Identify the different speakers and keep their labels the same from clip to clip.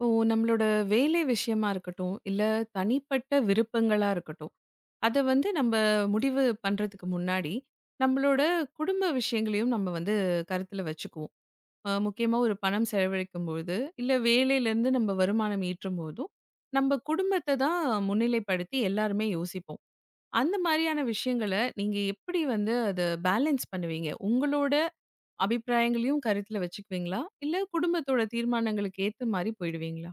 Speaker 1: இப்போ நம்மளோட வேலை விஷயமா இருக்கட்டும், இல்ல தனிப்பட்ட விருப்பங்களா இருக்கட்டும், அத வந்து நம்ப முடிவு பண்றதுக்கு முன்னாடி, நம்மளோட குடும்ப விஷயங்களையும் நம்ம வந்து கருத்துல வச்சுக்குவோம். முக்கியமா ஒரு பணம் செலவழிக்கும்பொழுது, இல்ல வேலையிலேருந்து நம்ம வருமானம் ஈட்டும்போதும், நம்ப குடும்பத்த தான் முன்னிலைப்படுத்தி எல்லாருமே யோசிப்போம். அந்த மாரியான விஷயங்கள நீங்க எப்படி வந்து அத பேலன்ஸ் பண்ணுவீங்க? உங்களோட அபிப்பிராயங்களையும் கருத்துல வச்சுக்குவீங்களா? இல்ல குடும்பத்தோட தீர்மானங்களுக்கு ஏத்த மாரி போயிடுவீங்களா?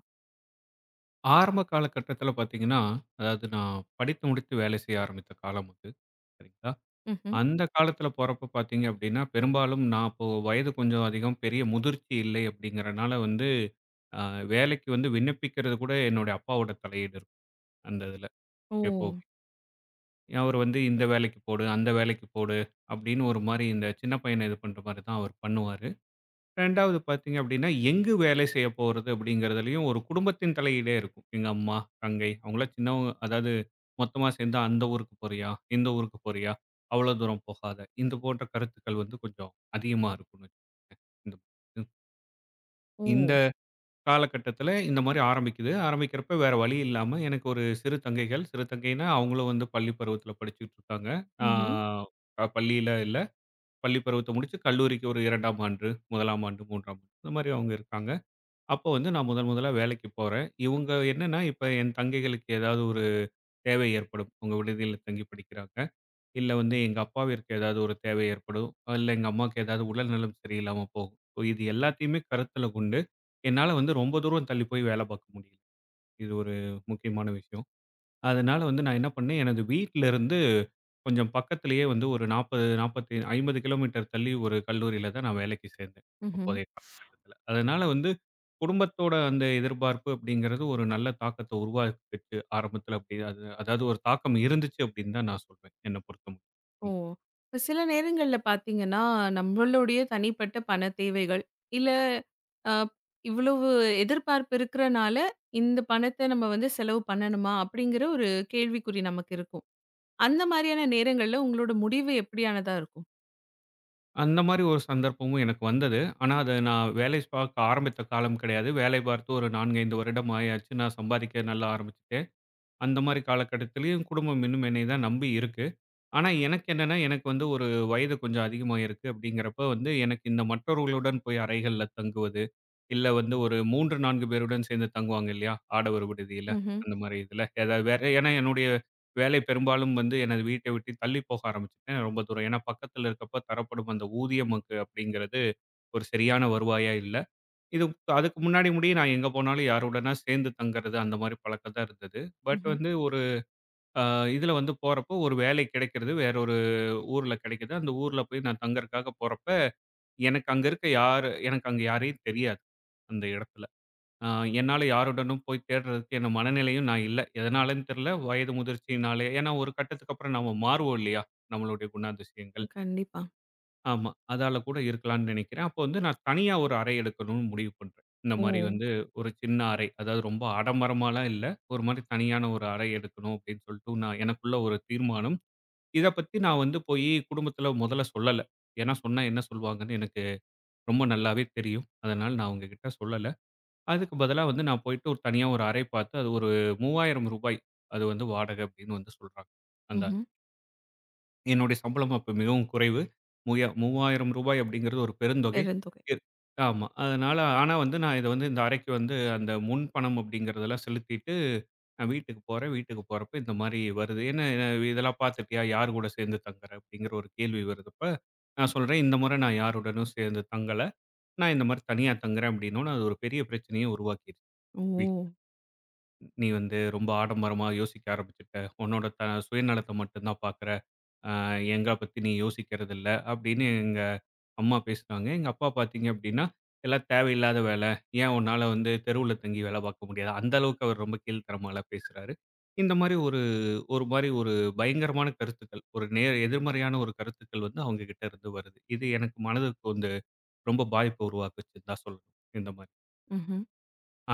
Speaker 2: ஆரம்ப காலகட்டத்தில பார்த்தீங்கன்னா, அதாவது நான் படித்து முடித்து வேலை செய்ய ஆரம்பித்த காலம் அது. சரிங்களா?
Speaker 1: ம்ஹ்ம்.
Speaker 2: அந்த காலத்தில போறப்ப பார்த்தீங்க அப்படின்னா, பெரும்பாலும் நான் அப்போ வயது கொஞ்சம் அதிகம், பெரிய முதிர்ச்சி இல்லை அப்படிங்கிறனால வந்து, அ வேலைக்கு வந்து விண்ணப்பிக்கிறது கூட என்னுடைய அப்பாவோட தலையீடு இருக்கும். அந்த இதில
Speaker 1: ஓ!
Speaker 2: எப்பவுமே. அவரு வந்து இந்த வேலைக்கு போடு, அந்த வேலைக்கு போடு அப்படின்னு ஒரு மாரி இந்த சின்ன பையன இது பண்ற மாரி தான் அவர் பண்ணுவாரு. 2வது பார்த்தீங்க அப்படின்னா, எங்கு வேலை செய்ய போறது அப்படிங்கிறதுலயும் ஒரு குடும்பத்தின் தலையீடே இருக்கும். எங்க அம்மா, தங்கை அவங்கலாம் சின்னவங்க. அதாவது மொத்தமா சேர்ந்து அந்த ஊருக்கு போறியா? இந்த ஊருக்கு போறியா? அவ்வளோ தூரம் போகாத. இந்த போன்ற கருத்துக்கள் வந்து கொஞ்சம் அதிகமா இருக்கும்னு வச்சுக்கோங்க. ம். இந்த
Speaker 1: ஓ!
Speaker 2: காலகட்டத்தில இந்த மாரி ஆரம்பிக்குது. ஆரம்பிக்கிறப்ப வேற வழி இல்லாம எனக்கு ஒரு சிறு தங்கைகள். சிறு தங்கைனா அவங்களும் வந்து பள்ளி பருவத்தில படிச்சுட்டு இருக்காங்க. ஆ
Speaker 1: ம்ஹ்ம்.
Speaker 2: அ பள்ளியில இல்ல. பள்ளி பருவத்த முடிச்சு கல்லூரிக்கு ஒரு 2ஆம் ஆண்டு, 1ஆம் ஆண்டு, 3ஆம் ஆண்டு இந்த மாரி அவங்க இருக்காங்க. அப்போ வந்து நான் முதன் முதலா வேலைக்கு போறேன். இவுங்க என்னன்னா, இப்ப என் தங்கைகளுக்கு ஏதாவது ஒரு தேவை ஏற்படும். அவங்க விடுதியில தங்கி படிக்கிறாங்க. இல்ல வந்து எங்க அப்பாவிற்கு ஏதாவது ஒரு தேவை ஏற்படும். இல்ல எங்க அம்மாவுக்கு ஏதாவது உடல்நலம் சரியில்லாம போகும். ஸோ இது எல்லாத்தையுமே கருத்துல கொண்டு, என்னால வந்து ரொம்ப தூரம் தள்ளி போய் வேலை பார்க்க முடியல. இது ஒரு முக்கியமான விஷயம். அதனால வந்து நான் என்ன பண்ணேன், எனது வீட்டிலிருந்து கொஞ்சம் பக்கத்திலேயே வந்து ஒரு 40, 45, 50 கிலோமீட்டர் தள்ளி ஒரு கல்லூரியில தான் நான் வேலைக்கு சேர்ந்தேன்.
Speaker 1: ம்ஹ்ம்.
Speaker 2: அப்போதைய காலகட்டத்தில. அதனால வந்து குடும்பத்தோட அந்த எதிர்பார்ப்பு அப்படிங்கிறது ஒரு நல்ல தாக்கத்த உருவாக்குச்சு ஆரம்பத்தில அப்படி அது அதாவது ஒரு தாக்கம் இருந்துச்சு அப்படின்னு தான் நான் சொல்வேன். என்ன பொறுத்தமட்டிலும்.
Speaker 1: ஓ!
Speaker 2: ம்.
Speaker 1: இப்ப சில நேரங்கள்ல பார்த்தீங்கன்னா, நம்மளுடைய தனிப்பட்ட பண தேவைகள், இல்ல அ இவ்வளவு எதிர்பார்ப்பு இருக்கிறனால, இந்த பணத்த நம்ம வந்து செலவு பண்ணணுமா? அப்படிங்கிற ஒரு கேள்விக்குறி நமக்கு இருக்கும். அந்த மாரியான நேரங்கள்ல உங்களோட முடிவு எப்படியானதா இருக்கும்?
Speaker 2: அந்த மாரி ஒரு சந்தர்ப்பமும் எனக்கு வந்தது. ஆனா அத நான் வேலை பார்க்க ஆரம்பித்த காலம் கிடையாது. வேலை பார்த்து ஒரு 4, 5 வருடம் ஆயாச்சு. நான் சம்பாதிக்க நல்லா ஆரம்பிச்சுட்டேன். அந்த மாரி காலகட்டத்திலயும் குடும்பம் இன்னும் என்னை தான் நம்பி இருக்கு. ஆனா, எனக்கு என்னன்னா, எனக்கு வந்து ஒரு வயது கொஞ்சம் அதிகமா இருக்கு அப்படிங்கிறப்ப வந்து எனக்கு இந்த மற்றவர்களுடன் போய் அறைகள்ல தங்குவது, இல்ல வந்து ஒரு 3, 4 பேருடன் சேர்ந்து தங்குவாங்க இல்லையா? ஆடவர் விடுதியில,
Speaker 1: ம்ஹ்ம்.
Speaker 2: அந்த மாரி இதில. ஏதாவது வேற ஏன்னா என்னுடைய வேலை பெரும்பாலும் வந்து எனது வீட்டை விட்டு தள்ளி போக ஆரம்பிச்சுட்டேன் ரொம்ப தூரம். ஏன்னா பக்கத்தில இருக்கப்ப தரப்படும் அந்த ஊதியம் அங்கு அப்படிங்கிறது ஒரு சரியான வருவாயா இல்ல. இது அதுக்கு முன்னாடி முடிய நான் எங்க போனாலும் யாருடனா சேர்ந்து தங்குறது அந்த மாரி பழக்கம் தான் இருந்தது. பட்
Speaker 1: ம்ஹ்ம்.
Speaker 2: வந்து ஒரு அ இதுல வந்து போறப்போ ஒரு வேலை கிடைக்கிறது. வேற ஒரு ஊர்ல கிடைக்குது. அந்த ஊர்ல போய் நான் தங்கறக்காக போறப்ப, எனக்கு அங்க இருக்க யாரு எனக்கு அங்க யாரையும் தெரியாது, அந்த இடத்துல. அ என்னால யாருடனும் போய் தேடுறதுக்கு என்ன மனநிலையும் நான் இல்ல. எதனாலன்னு தெரியல. வயது முதிர்ச்சியினாலயே ஏன்னா ஒரு கட்டத்துக்கு அப்புறம் நாம மாறுவோம் இல்லையா? நம்மளுடைய குணாதிசயங்கள்.
Speaker 1: கண்டிப்பா.
Speaker 2: ஆமா. அதால கூட இருக்கலாம்னு நினைக்கிறேன். அப்போ வந்து நான் தனியா ஒரு அறை எடுக்கணும்னு முடிவு பண்றேன். இந்த
Speaker 1: ஓ!
Speaker 2: மாரி வந்து ஒரு சின்ன அறை. அதாவது ரொம்ப ஆடம்பரமாலாம் இல்ல. ஒரு மாரி தனியான ஒரு அறை எடுக்கணும் அப்படின்னு சொல்லிட்டு நான் எனக்குள்ள ஒரு தீர்மானம். இத பத்தி நான் வந்து போயி குடும்பத்தில முதல்ல சொல்லல. ஏன்னா சொன்னா என்ன சொல்வாங்கன்னு எனக்கு ரொம்ப நல்லாவே தெரியும். அதனால நான் அவுங்ககிட்ட சொல்லல. அதுக்கு பதிலா வந்து நான் போயிட்டு ஒரு தனியா ஒரு அறை பார்த்து, அது ஒரு ரூ. 3000 அது வந்து வாடகை அப்டின்னு வந்து சொல்றாங்க. அந்த அறை.
Speaker 1: ம்ஹ்ம்.
Speaker 2: என்னுடைய சம்பளம் அப்ப மிகவும் குறைவு. ரூ. 3000 அப்டிங்கிறது ஒரு பெருந்தொகை.
Speaker 1: பெருந்தொகை.
Speaker 2: இர் ஆமா. அதனால ஆனா வந்து நான் இத வந்து இந்த அறைக்கு வந்து அந்த முன்பணம் அப்டிங்கிறதெல்லாம் செலுத்திட்டு நான் வீட்டுக்கு போறேன். வீட்டுக்கு போறப்ப இந்த மாரி வருது. "என்ன என்ன இதெல்லாம் பார்த்துட்டியா? யார் கூட சேர்ந்து தங்குற?" அப்படிங்கிற ஒரு கேள்வி வருதப்ப, நான் சொல்றேன், "இந்த முறை நான் யாருடனும் சேர்ந்து தங்கல. நான் இந்த மாரி தனியா தங்குறேன்." அப்படின்னோன, அது ஒரு பெரிய பிரச்சனைய உருவாக்கிருச்சு
Speaker 1: ஓ!
Speaker 2: வீட்ல. "நீ வந்து ரொம்ப ஆடம்பரமா யோசிக்க ஆரம்பிச்சுட்ட. உன்னோட சுயநலத்த மட்டும் தான் பார்க்குற." அ எங்க பத்தி நீ யோசிக்கிறதில்ல அப்படின்னு எங்க அம்மா பேசுனாங்க. எங்க அப்பா பார்த்தீங்க அப்படின்னா, எல்லாம் தேவையில்லாத வேலை. ஏன் உன்னால வந்து தெருவுல தங்கி வேலை பார்க்க முடியாதா? அந்த அளவுக்கு அவர் ரொம்ப கீழ்த்தரமாலாம் பேசுறாரு. இந்த மாரி ஒரு ஒரு மாரி ஒரு பயங்கரமான கருத்துக்கள். ஒரு நேர் எதிர்மறையான ஒரு கருத்துக்கள் வந்து அவங்க கிட்ட இருந்து வருது. இது எனக்கு மனதுக்கு வந்து ரொம்ப பாதிப்ப உருவாக்குச்சுன்னு தான் சொல்லணும். இந்த மாரி.
Speaker 1: ம்ஹ்ம்.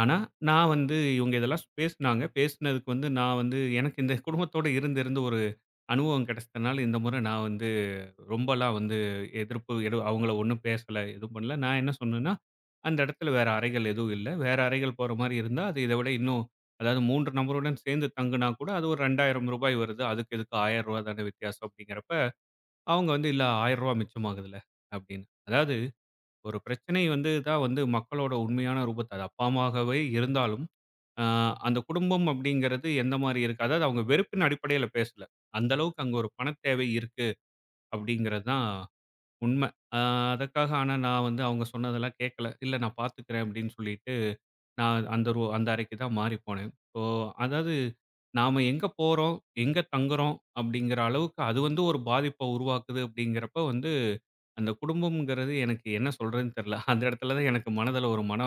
Speaker 2: ஆனா, நான் வந்து இவங்க இதெல்லாம் பேசுனாங்க. பேசுனதுக்கு வந்து நான் வந்து எனக்கு இந்த குடும்பத்தோட இருந்து இருந்து ஒரு அனுபவம் கிடைச்சதுனால இந்த முறை நான் வந்து ரொம்பலாம் வந்து எதிர்ப்பு எது அவங்கள ஒண்ணும் பேசல, எதுவும் பண்ணல. நான் என்ன சொன்னேன்னா, அந்த இடத்துல வேற அறைகள் எதுவும் இல்ல. வேற அறைகள் போற மாரி இருந்தா, அது இத விட இன்னும் அதாவது 3 நபருடன் சேர்ந்து தங்குனா கூட அது ஒரு ரூ. 2000 வருது. அதுக்கு இதுக்கு ரூ. 1000 தானே வித்தியாசம் அப்படிங்கிறப்ப, அவங்க வந்து இல்ல ரூ. 1000 மிச்சமாகுதுல்ல அப்படின்னு. அதாவது ஒரு பிரச்சனை வந்து தான் வந்து மக்களோட உண்மையான ரூபத்த அது அப்பாமாகவே இருந்தாலும், அ அந்த குடும்பம் அப்படிங்கிறது எந்த மாரி இருக்கு? அதாவது அவங்க வெறுப்பின் அடிப்படையில பேசல. அந்த அளவுக்கு அங்க ஒரு பணத் தேவை இருக்கு அப்படிங்கிறது தான் உண்ம. அ அதற்காக ஆனா நான் வந்து அவங்க சொன்னதெல்லாம் கேட்கல. இல்ல நான் பார்த்துக்கிறேன் அப்படின்னு சொல்லிட்டு, நான் அந்த அறைக்கு தான் மாறி போனேன். ஸோ அதாவது நாம எங்க போறோம், எங்க தங்குறோம் அப்படிங்கிற அளவுக்கு அது வந்து ஒரு பாதிப்ப உருவாக்குது அப்படிங்கிறப்ப வந்து, அந்த குடும்பம்ங்கிறது எனக்கு என்ன சொல்றதுன்னு தெரியல. அந்த இடத்துல தான் எனக்கு மனதில ஒரு மன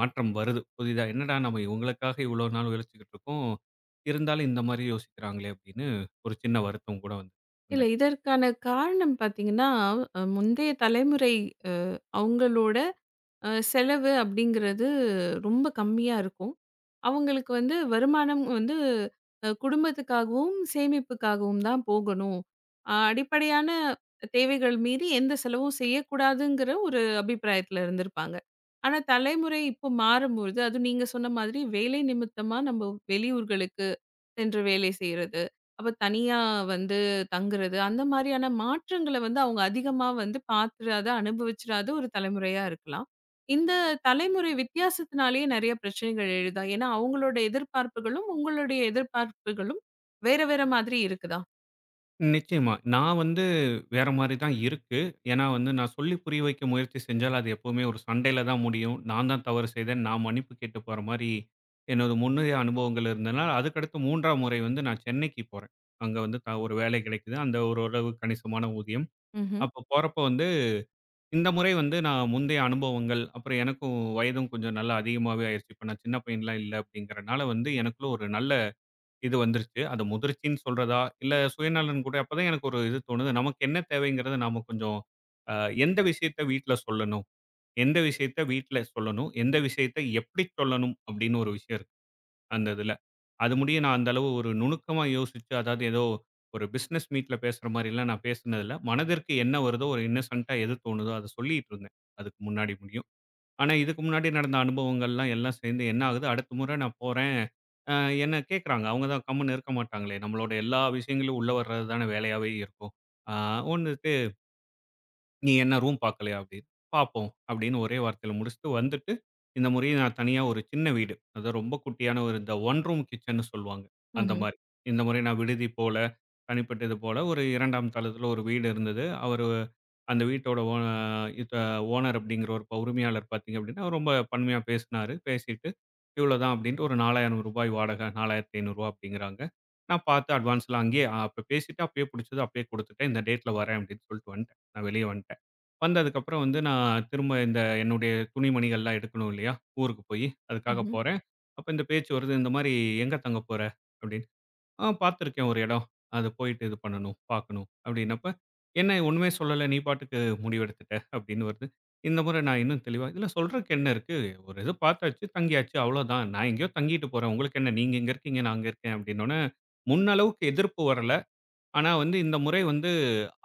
Speaker 2: மாற்றம் வருது. புதிதா என்னடா நம்ம இவங்களுக்காக இவ்வளோ நாள் உழைச்சுக்கிட்டு இருக்கோம். இருந்தாலும் இந்த மாரி யோசிக்கிறாங்களே அப்படின்னு ஒரு சின்ன வருத்தம் கூட வந்தது. அந்த
Speaker 1: இல்ல இதற்கான காரணம் பார்த்தீங்கன்னா, முந்தைய தலைமுறை அ அவங்களோட செலவு அப்படிங்கிறது ரொம்ப கம்மியா இருக்கும். அவங்களுக்கு வந்து வருமானம் வந்து குடும்பத்துக்காகவும், சேமிப்புக்காகவும் தான் போகணும். அடிப்படையான தேவைகள் மீறி எந்த செலவும் செய்யக்கூடாதுங்கிற ஒரு அபிப்பிராயத்துல இருந்திருப்பாங்க. ஆனா தலைமுறை இப்போ மாறும்பொழுது, அதுவும் நீங்க சொன்ன மாதிரி வேலை நிமித்தமா நம்ம வெளியூர்களுக்கு சென்று வேலை செய்றது. அப்ப தனியா வந்து தங்குறது. அந்த மாரியான மாற்றங்கள வந்து அவங்க அதிகமா வந்து பாத்துறாத, அனுபவிச்சிராத ஒரு தலைமுறையா இருக்கலாம். இந்த தலைமுறை வித்தியாசத்தினாலேயே நெறைய பிரச்சனைகள் எழுதா? ஏன்னா, அவங்களோட எதிர்பார்ப்புகளும், உங்களுடைய எதிர்பார்ப்புகளும் வேற வேற மாதிரி இருக்குதா?
Speaker 2: நிச்சயமா. நான் வந்து வேற மாரி தான் இருக்கு. ஏன்னா வந்து நான் சொல்லி புரிய வைக்க முயற்சி செஞ்சால், அது எப்பவுமே ஒரு சண்டையில தான் முடியும். நான் தான் தவறு செய்தேன். நான் மன்னிப்பு கேட்டு போற மாரி என்னோட முந்தைய அனுபவங்கள் இருந்ததுனால, அதுக்கடுத்து 3ஆம் முறை வந்து நான் சென்னைக்கு போறேன். அங்க வந்து ஒரு வேலை கிடைக்குது. அந்த ஓரளவு கணிசமான ஊதியம்.
Speaker 1: ம்ஹ்ம்.
Speaker 2: அப்ப போறப்ப வந்து இந்த முறை வந்து நான் முந்தைய அனுபவங்கள், அப்புறம் எனக்கும் வயதும் கொஞ்சம் நல்லா அதிகமாவே ஆயிருச்சு. இப்ப நான் சின்ன பையன்லாம் இல்ல அப்படிங்கிறனால வந்து எனக்குள்ள ஒரு நல்ல இது வந்துருச்சு. அது முதிர்ச்சின்னு சொல்றதா, இல்ல சுயநலன் கூட அப்ப தான் எனக்கு ஒரு இது தோணுது. நமக்கு என்ன தேவைங்கிறத நாம கொஞ்சம் அ எந்த விஷயத்த வீட்ல சொல்லணும்? எந்த விஷயத்த வீட்ல சொல்லணும்? எந்த விஷயத்த எப்படி சொல்லணும்? அப்படின்னு ஒரு விஷயம் இருக்கு, அந்த இதுல. அது முடிய நான் அந்த அளவு ஒரு நுணுக்கமா யோசிச்சு, அதாவது ஏதோ ஒரு பிசினஸ் மீட்ல பேசுற மாரிலாம் நான் பேசினது இல்ல. மனதிற்கு என்ன வருதோ, ஒரு இன்னசென்ட்டா எது தோணுதோ, அத சொல்லிட்டு இருந்தேன். அதுக்கு முன்னாடி முடியும். ஆனா, இதுக்கு முன்னாடி நடந்த அனுபவங்கள்லாம் எல்லாம் சேர்ந்து என்ன ஆகுது, அடுத்த முறை நான் போறேன். அ என்ன கேட்குறாங்க. அவங்க தான் கம்முன்னு இருக்க மாட்டாங்களே! நம்மளோட எல்லா விஷயங்களும் உள்ள வர்றது தானே வேலையாவே இருக்கும். ஆ ஒண்ணு நீ என்ன ரூம் பார்க்கலையா? அப்படின்னு. பார்ப்போம் அப்படின்னு ஒரே வார்த்தையில முடிச்சுட்டு வந்துட்டு, இந்த முறை நான் தனியா ஒரு சின்ன வீடு. அதான் ரொம்ப குட்டியான ஒரு இந்த ஒன் ரூம் கிச்சன்னு சொல்லுவாங்க. அந்த
Speaker 1: ம்ஹ்ம்.
Speaker 2: மாரி. இந்த முறை நான் விடுதி போல, தனிப்பட்ட இது போல ஒரு 2ஆம் தளத்தில ஒரு வீடு இருந்தது. அவரு அந்த வீட்டோட ஓன இத ஓனர் அப்படிங்கிற ஒரு உரிமையாளர் பார்த்தீங்க அப்படின்னா, ரொம்ப பன்மையா பேசினாரு. பேசிட்டு இவ்வளோதான் அப்படின்ட்டு ஒரு ரூ. 4000 வாடகை ரூ. 4500 அப்படிங்கிறாங்க. நான் பார்த்து அட்வான்ஸ்லாம் அங்கேயே அப்ப பேசிட்டு அப்பயே புடிச்சது அப்பயே குடுத்துட்டேன். இந்த டேட்ல வரேன் அப்படின்னு சொல்லிட்டு வந்துட்டேன். நான் வெளிய வந்துட்டேன். வந்ததுக்கப்புறம் வந்து நான் திரும்ப இந்த என்னுடைய துணிமணிகள்லாம் எடுக்கணும் இல்லையா? ஊருக்கு போயி, அதுக்காக
Speaker 1: ம்ஹ்ம்.
Speaker 2: போறேன். அப்ப இந்த பேச்சு வருது, இந்த மாரி "எங்க தங்க போற?" அப்படின்னு. "ஆ பார்த்துருக்கேன் ஒரு இடம். அது போயிட்டு இது பண்ணணும், பார்க்கணும்." அப்படின்னப்ப, "என்ன ஒண்ணுமே சொல்லல, நீ பாட்டுக்கு முடிவெடுத்துட்ட." அப்படின்னு வருது. இந்த முறை நான் இன்னும் தெளிவா, "இதுல சொல்றக்கு என்ன இருக்கு? ஒரு இது பார்த்தாச்சு, தங்கியாச்சு அவ்வளோதான். நான் எங்கேயோ தங்கிட்டு போறேன். உங்களுக்கு என்ன? நீங்க இங்க இருக்கீங்க, நான் அங்க இருக்கேன்." அப்படின்னோன, முன்னளவுக்கு எதிர்ப்பு வரல. ஆனா வந்து இந்த முறை வந்து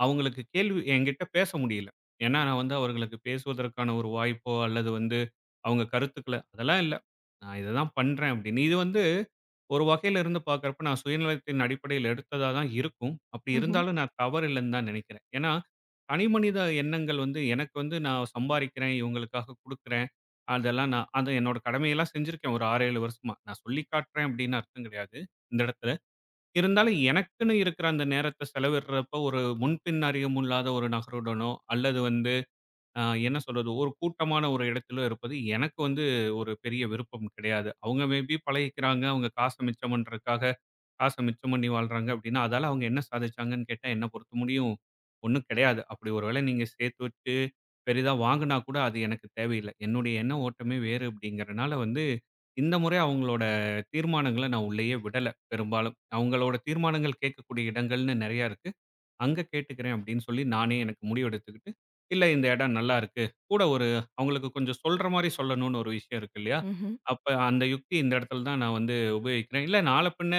Speaker 2: அவங்களுக்கு கேள்வி என்கிட்ட பேச முடியல. ஏன்னா, நான் வந்து அவர்களுக்கு பேசுவதற்கான ஒரு வாய்ப்போ, அல்லது வந்து அவங்க கருத்துக்கள அதெல்லாம் இல்ல. நான் இத தான் பண்றேன் அப்படின்னு. இது வந்து ஒரு வகையில இருந்து பார்க்கிறப்ப நான் சுயநலத்தின் அடிப்படையில எடுத்ததா தான் இருக்கும். அப்படி
Speaker 1: ம்ஹ்ம்.
Speaker 2: இருந்தாலும் நான் தவறு இல்லைன்னு தான் நினைக்கிறேன். ஏன்னா, தனிமனித எண்ணங்கள் வந்து எனக்கு வந்து நான் சம்பாரிக்கிறேன், இவங்களுக்காக குடுக்குறேன். அதெல்லாம் நான் அது என்னோட கடமையெல்லாம் செஞ்சிருக்கேன் ஒரு 6, 7 வருஷமா. நான் சொல்லி காட்டுறேன் அப்படின்னு அர்த்தம் கிடையாது. இந்த இடத்துல இருந்தாலும் எனக்குன்னு இருக்கிற அந்த நேரத்த செலவிடுறப்ப ஒரு முன்பின் அறியும் இல்லாத ஒரு நகருடனோ, அல்லது வந்து என்ன சொல்றது? ஒரு கூட்டமான ஒரு இடத்திலோ இருப்பது எனக்கு வந்து ஒரு பெரிய விருப்பம் கிடையாது. அவங்க மேபி பழகிக்கிறாங்க. அவங்க காச மிச்சம் பண்றதுக்காக காச மிச்சம் பண்ணி வாழ்றாங்க அப்படின்னா, அதால அவங்க என்ன சாதிச்சாங்கன்னு கேட்டா, என்ன பொறுத்த முடியும் ஒண்ணும் கிடையாது. அப்படி ஒரு வேளை நீங்க சேர்த்து வச்சு பெரிதா வாங்குனா கூட அது எனக்கு தேவையில்ல. என்னுடைய எண்ண ஓட்டமே வேறு அப்படிங்கிறனால வந்து, இந்த முறை அவங்களோட தீர்மானங்கள நான் உள்ளேயே விடல பெரும்பாலும். அவங்களோட தீர்மானங்கள் கேட்கக்கூடிய இடங்கள்னு நெறையா இருக்கு. அங்க கேட்டுக்கிறேன் அப்படின்னு சொல்லி நானே எனக்கு முடிவெடுத்துக்கிட்டு, இல்ல இந்த இடம் நல்லா இருக்கு. கூட ஒரு அவங்களுக்கு கொஞ்சம் சொல்ற மாரி சொல்லணும்னு ஒரு விஷயம் இருக்கு இல்லையா?
Speaker 1: ம்ஹ்ம்.
Speaker 2: அப்ப அந்த யுக்தி இந்த இடத்துல தான் நான் வந்து உபயோகிக்கிறேன். இல்ல நாள பின்ன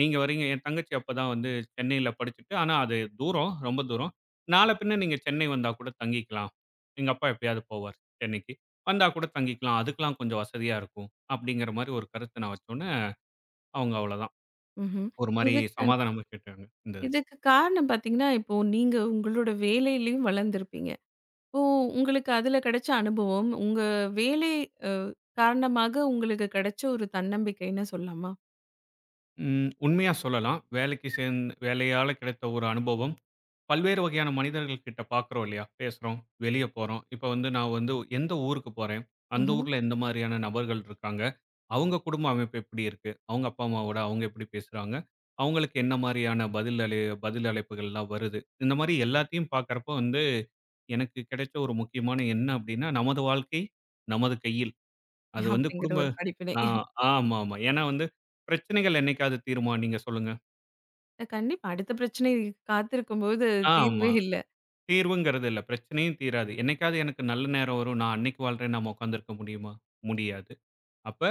Speaker 2: நீங்க வரீங்க என் தங்கச்சி அப்பதான் வந்து சென்னையில படிச்சுட்டு, ஆனா அது தூரம் ரொம்ப தூரம். நாள பின்ன நீங்க சென்னை வந்தா கூட தங்கிக்கலாம். எங்க அப்பா எப்பயாவது போவார் சென்னைக்கு. வந்தா கூட தங்கிக்கலாம். அதுக்கெல்லாம் கொஞ்சம் வசதியா இருக்கும். அப்படிங்கிற மாரி ஒரு கருத்த நான் வச்சோனே, அவங்க அவ்வளோதான்.
Speaker 1: ம்ஹ்ம்.
Speaker 2: ஒரு மாரி
Speaker 1: இதுக்கு
Speaker 2: சமாதானமா கேட்டாங்க இந்த இதுல.
Speaker 1: இதுக்கு காரணம் பாத்தீங்கன்னா, இப்போ நீங்க உங்களோட வேலையிலயும் வளர்ந்திருப்பீங்க. ஓ! உங்களுக்கு அதுல கிடைச்ச அனுபவம், உங்க வேலை அ காரணமாக உங்களுக்கு கிடைச்ச ஒரு தன்னம்பிக்கைன்னு சொல்லலாமா?
Speaker 2: ம். உண்மையா சொல்லலாம். வேலைக்கு சேந் வேலையால கிடைத்த ஒரு அனுபவம். பல்வேறு வகையான மனிதர்கள் கிட்ட பார்க்குறோம் இல்லையா? பேசுறோம், வெளிய போறோம். இப்ப வந்து நான் வந்து எந்த ஊருக்கு போறேன்? அந்த
Speaker 1: ம்ஹ்ம்.
Speaker 2: ஊர்ல எந்த மாரியான நபர்கள் இருக்காங்க? அவங்க குடும்ப அமைப்பு எப்படி இருக்கு? அவங்க அப்பா, அம்மாவோட அவங்க எப்படி பேசுறாங்க? அவங்களுக்கு என்ன மாரியான பதில் அழைப்புகள்லாம் வருது? இந்த மாரி எல்லாத்தையும் பார்க்கறப்ப வந்து, எனக்கு கிடைச்ச ஒரு முக்கியமான எண்ணம் அப்படின்னா, நமது வாழ்க்கை நமது கையில். அது வந்து
Speaker 1: அப்படிங்கிற
Speaker 2: குடும்ப
Speaker 1: ஒரு படிப்பினை.
Speaker 2: ஆ ஆமாமா. ஏன்னா வந்து பிரச்சனைகள் என்னைக்காவது தீருமா? நீங்க சொல்லுங்க.
Speaker 1: கண்டிப்பா. அடுத்த பிரச்சனை காத்திருக்கும்போது
Speaker 2: ஆமா.
Speaker 1: தீர்வே இல்ல.
Speaker 2: தீர்வுங்கிறது இல்ல. பிரச்சனையும் தீராது. என்னைக்காவது எனக்கு நல்ல நேரம் வரும். நான் அன்னைக்கு வாழ்றேன்னு நாம உட்கார்ந்திருக்க முடியுமா? முடியாது. அப்ப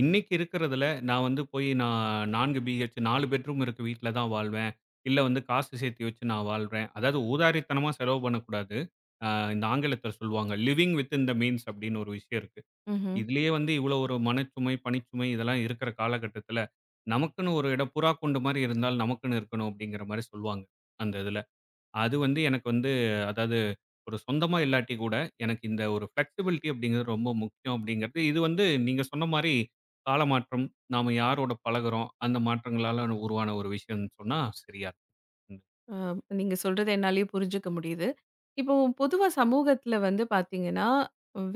Speaker 2: இன்னைக்கு இருக்கிறதுல நான் வந்து போய் நான் 4 பெட்ரூம் இருக்க வீட்ல தான் வாழ்வேன். இல்ல வந்து காசு சேர்த்து வச்சு நான் வாழ்றேன். அதாவது ஊதாரித்தனமா செலவு பண்ணக்கூடாது. அ இந்த ஆங்கிலத்தில சொல்லுவாங்க. லிவிங் வித்தின் த மீன்ஸ் அப்படின்னு ஒரு விஷயம் இருக்கு.
Speaker 1: ம்ஹ்ம்.
Speaker 2: இதுலயே வந்து இவ்வளோ ஒரு மனச்சுமை, பணிச்சுமை இதெல்லாம் இருக்கிற காலகட்டத்தில நமக்குன்னு ஒரு இடம் புறா கூண்டு மாரி இருந்தால் நமக்குன்னு இருக்கணும் அப்படிங்கிற மாரி சொல்லுவாங்க. அந்த இதுல. அது வந்து எனக்கு வந்து அதாவது ஒரு சொந்தமா இல்லாட்டி கூட, எனக்கு இந்த ஒரு ஃப்ளெக்ஸிபிலிட்டி அப்படிங்கிறது ரொம்ப முக்கியம் அப்படிங்கிறது இது வந்து நீங்க சொன்ன மாரி காலமாற்றம், நாம யாரோட பழகுறோம், அந்த மாற்றங்களால உருவான ஒரு விஷயம்னு சொன்னா சரியா இருக்கும்.
Speaker 1: அ நீங்க சொல்றத என்னாலயே புரிஞ்சுக்க முடியுது. இப்போ பொதுவா சமூகத்துல வந்து பார்த்தீங்கன்னா,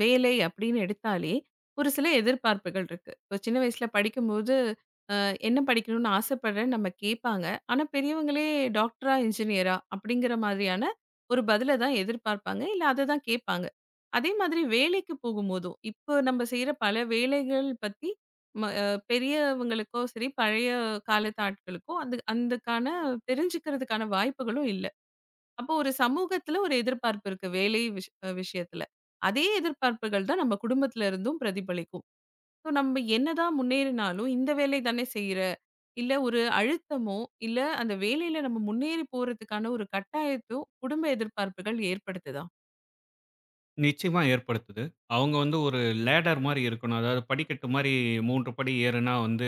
Speaker 1: வேலை அப்படின்னு எடுத்தாலே, ஒரு சில எதிர்பார்ப்புகள் இருக்கு. இப்போ சின்ன வயசுல படிக்கும்போது என்ன படிக்கணும்னு ஆசைப்படுறேன்னு நம்ம கேட்பாங்க. ஆனா, பெரியவங்களே டாக்டரா, இன்ஜினியரா அப்படிங்கிற மாதிரியான ஒரு பதில தான் எதிர்பார்ப்பாங்க. இல்ல அத தான் கேட்பாங்க. அதே மாதிரி வேலைக்கு போகும்போதும், இப்போ நம்ம செய்ற பல வேலைகள் பத்தி ம அ பெரியவங்களுக்கோ சரி, பழைய காலத்து ஆட்களுக்கோ அந்த அதுக்கான தெரிஞ்சுக்கிறதுக்கான வாய்ப்புகளும் இல்ல. அப்போ ஒரு சமூகத்துல ஒரு எதிர்பார்ப்பு இருக்கு. வேலை விஷ் அ விஷயத்துல. அதே எதிர்பார்ப்புகள் தான் நம்ம குடும்பத்துல இருந்தும் பிரதிபலிக்கும். ஸோ நம்ம என்னதான் முன்னேறினாலும் இந்த வேலை தானே செய்றோம். இல்ல ஒரு அழுத்தமோ, இல்ல அந்த வேலையில நம்ம முன்னேறி போறதுக்கான ஒரு கட்டாயத்தோ, குடும்ப எதிர்பார்ப்புகள் ஏற்படுத்துதா?
Speaker 2: நிச்சயமா ஏற்படுத்துது. அவங்க வந்து ஒரு லேடர் மாரி இருக்கணும். அதாவது படிக்கட்டு மாரி 3 படி ஏறுனா வந்து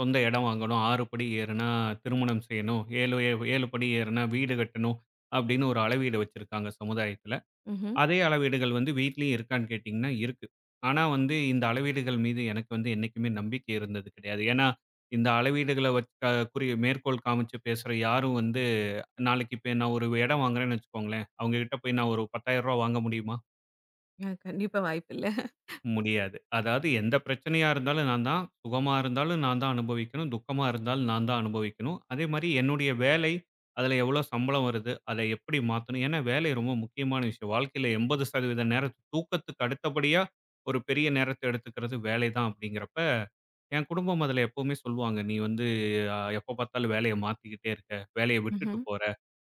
Speaker 2: சொந்த இடம் வாங்கணும், 6 படி ஏறுனா திருமணம் செய்யணும், 7 படி ஏறுனா வீடு கட்டணும் அப்படின்னு ஒரு அளவீடு வச்சிருக்காங்க சமுதாயத்துல.
Speaker 1: ம்ஹ்ம்.
Speaker 2: அதே அளவீடுகள் வந்து வீட்லயும் இருக்கான்னு கேட்டீங்கன்னா இருக்கு. ஆனா வந்து இந்த அளவீடுகள் மீது எனக்கு வந்து என்னைக்குமே நம்பிக்கை இருந்தது கிடையாது. ஏன்னா, இந்த அளவீடுகள வச்சு குறி மேற்கோள் காமிச்சு பேசுற யாரும் வந்து நாளைக்கு இப்ப நான் ஒரு இடம் வாங்குறேன்னு வச்சுக்கோங்களேன், அவங்க கிட்ட போய் நான் ஒரு ரூ. 10,000 வாங்க முடியுமா?
Speaker 1: அ கண்டிப்பா வாய்ப்பில்ல.
Speaker 2: முடியாது. அதாவது எந்த பிரச்சனையா இருந்தாலும் நான் தான், சுகமா இருந்தாலும் நான் தான் அனுபவிக்கணும், துக்கமா இருந்தாலும் நான் தான் அனுபவிக்கணும். அதே மாரி என்னுடைய வேலை, அதில எவ்வளோ சம்பளம் வருது, அதை எப்படி மாத்தணும்? ஏன்னா வேலை ரொம்ப முக்கியமான விஷயம். வாழ்க்கையில 80% நேரம் தூக்கத்துக்கு அடுத்தபடியா ஒரு பெரிய நேரத்த எடுத்துக்கிறது வேலை தான் அப்படிங்கிறப்ப என் குடும்பம் அதுல எப்பவுமே சொல்லுவாங்க, "நீ வந்து எப்ப பார்த்தாலும் வேலைய மாத்திக்கிட்டே இருக்க. வேலைய விட்டுட்டு
Speaker 1: ம்ஹ்ம்.
Speaker 2: போற."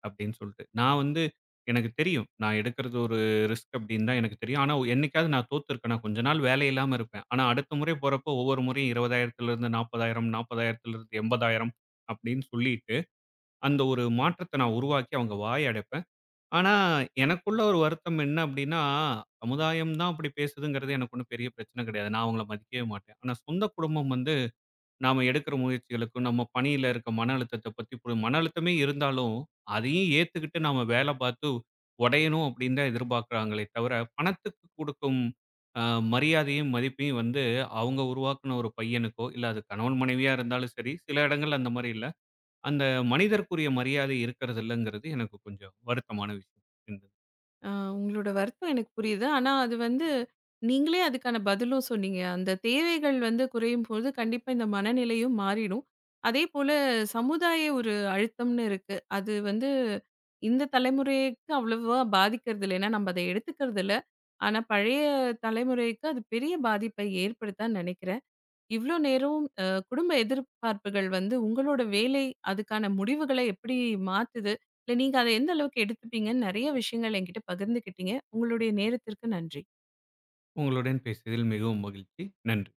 Speaker 2: அப்படின்னு சொல்லிட்டு. நான் வந்து எனக்கு தெரியும். நான் எடுக்கிறது ஒரு ரிஸ்க் அப்படின்னு தான் எனக்கு தெரியும். ஆனா என்னைக்காவது நான் தோத்துருக்கேனா, கொஞ்ச நாள் வேலை இல்லாம இருப்பேன். ஆனா அடுத்த முறை போறப்போ ஒவ்வொரு முறையும் 20,000 40,000 80,000 அப்படின்னு சொல்லிட்டு, அந்த ஒரு மாற்றத்த நான் உருவாக்கி அவங்க வாய அடைப்பேன். ஆனா எனக்குள்ள ஒரு வருத்தம் என்ன அப்படின்னா, சமுதாயம் தான் அப்படி பேசுதுங்கிறது எனக்கு ஒண்ணும் பெரிய பிரச்சனை கிடையாது. நான் அவங்கள மதிக்கவே மாட்டேன். ஆனா சொந்த குடும்பம் வந்து நாம எடுக்கிற முயற்சிகளுக்கும், நம்ம பணியில இருக்க மன அழுத்தத்த பத்தி மன அழுத்தமே இருந்தாலும், அதையும் ஏத்துக்கிட்டு நாம வேல பார்த்து உடையணும் அப்படின்னு தான் எதிர்பார்க்கிறாங்களே தவிர, பணத்துக்கு கொடுக்கும் அ மரியாதையும், மதிப்பையும் வந்து அவங்க உருவாக்குன ஒரு பையனுக்கோ, இல்ல அது கணவன் மனைவியா இருந்தாலும் சரி, சில இடங்கள்ல அந்த மாரி இல்ல. அந்த மனிதருக்குரிய மரியாதை இருக்கிறது இல்லங்கிறது எனக்கு கொஞ்சம் வருத்தமான விஷயம். இருந்தது.
Speaker 1: அ உங்களோட வருத்தம் எனக்கு புரியுது. ஆனா அது வந்து நீங்களே அதுக்கான பதிலும் சொன்னீங்க. அந்த தேவைகள் வந்து குறையும்போது கண்டிப்பா இந்த மனநிலையும் மாறிடும். அதேபோல சமுதாய ஒரு அழுத்தம்னு இருக்கு. அது வந்து இந்த தலைமுறைக்கு அவ்வளவா பாதிக்கிறது இல்ல. ஏன்னா நம்ம அத எடுத்துக்கிறது இல்ல. ஆனா பழைய தலைமுறைக்கு அது பெரிய பாதிப்பை ஏற்படுத்தான்னு நினைக்கிறேன். இவ்ளோ நேரம் குடும்ப எதிர்பார்ப்புகள் வந்து உங்களோட வேலை, அதுக்கான முடிவுகள எப்படி மாத்துது? இல்ல நீங்க அத எந்த அளவுக்கு எடுத்துப்பீங்கன்னு நெறைய விஷயங்கள் என்கிட்ட பகிர்ந்துக்கிட்டீங்க. உங்களுடைய நேரத்திற்கு நன்றி.
Speaker 2: உங்களுடன் பேசியதில் மிகவும் மகிழ்ச்சி. நன்றி.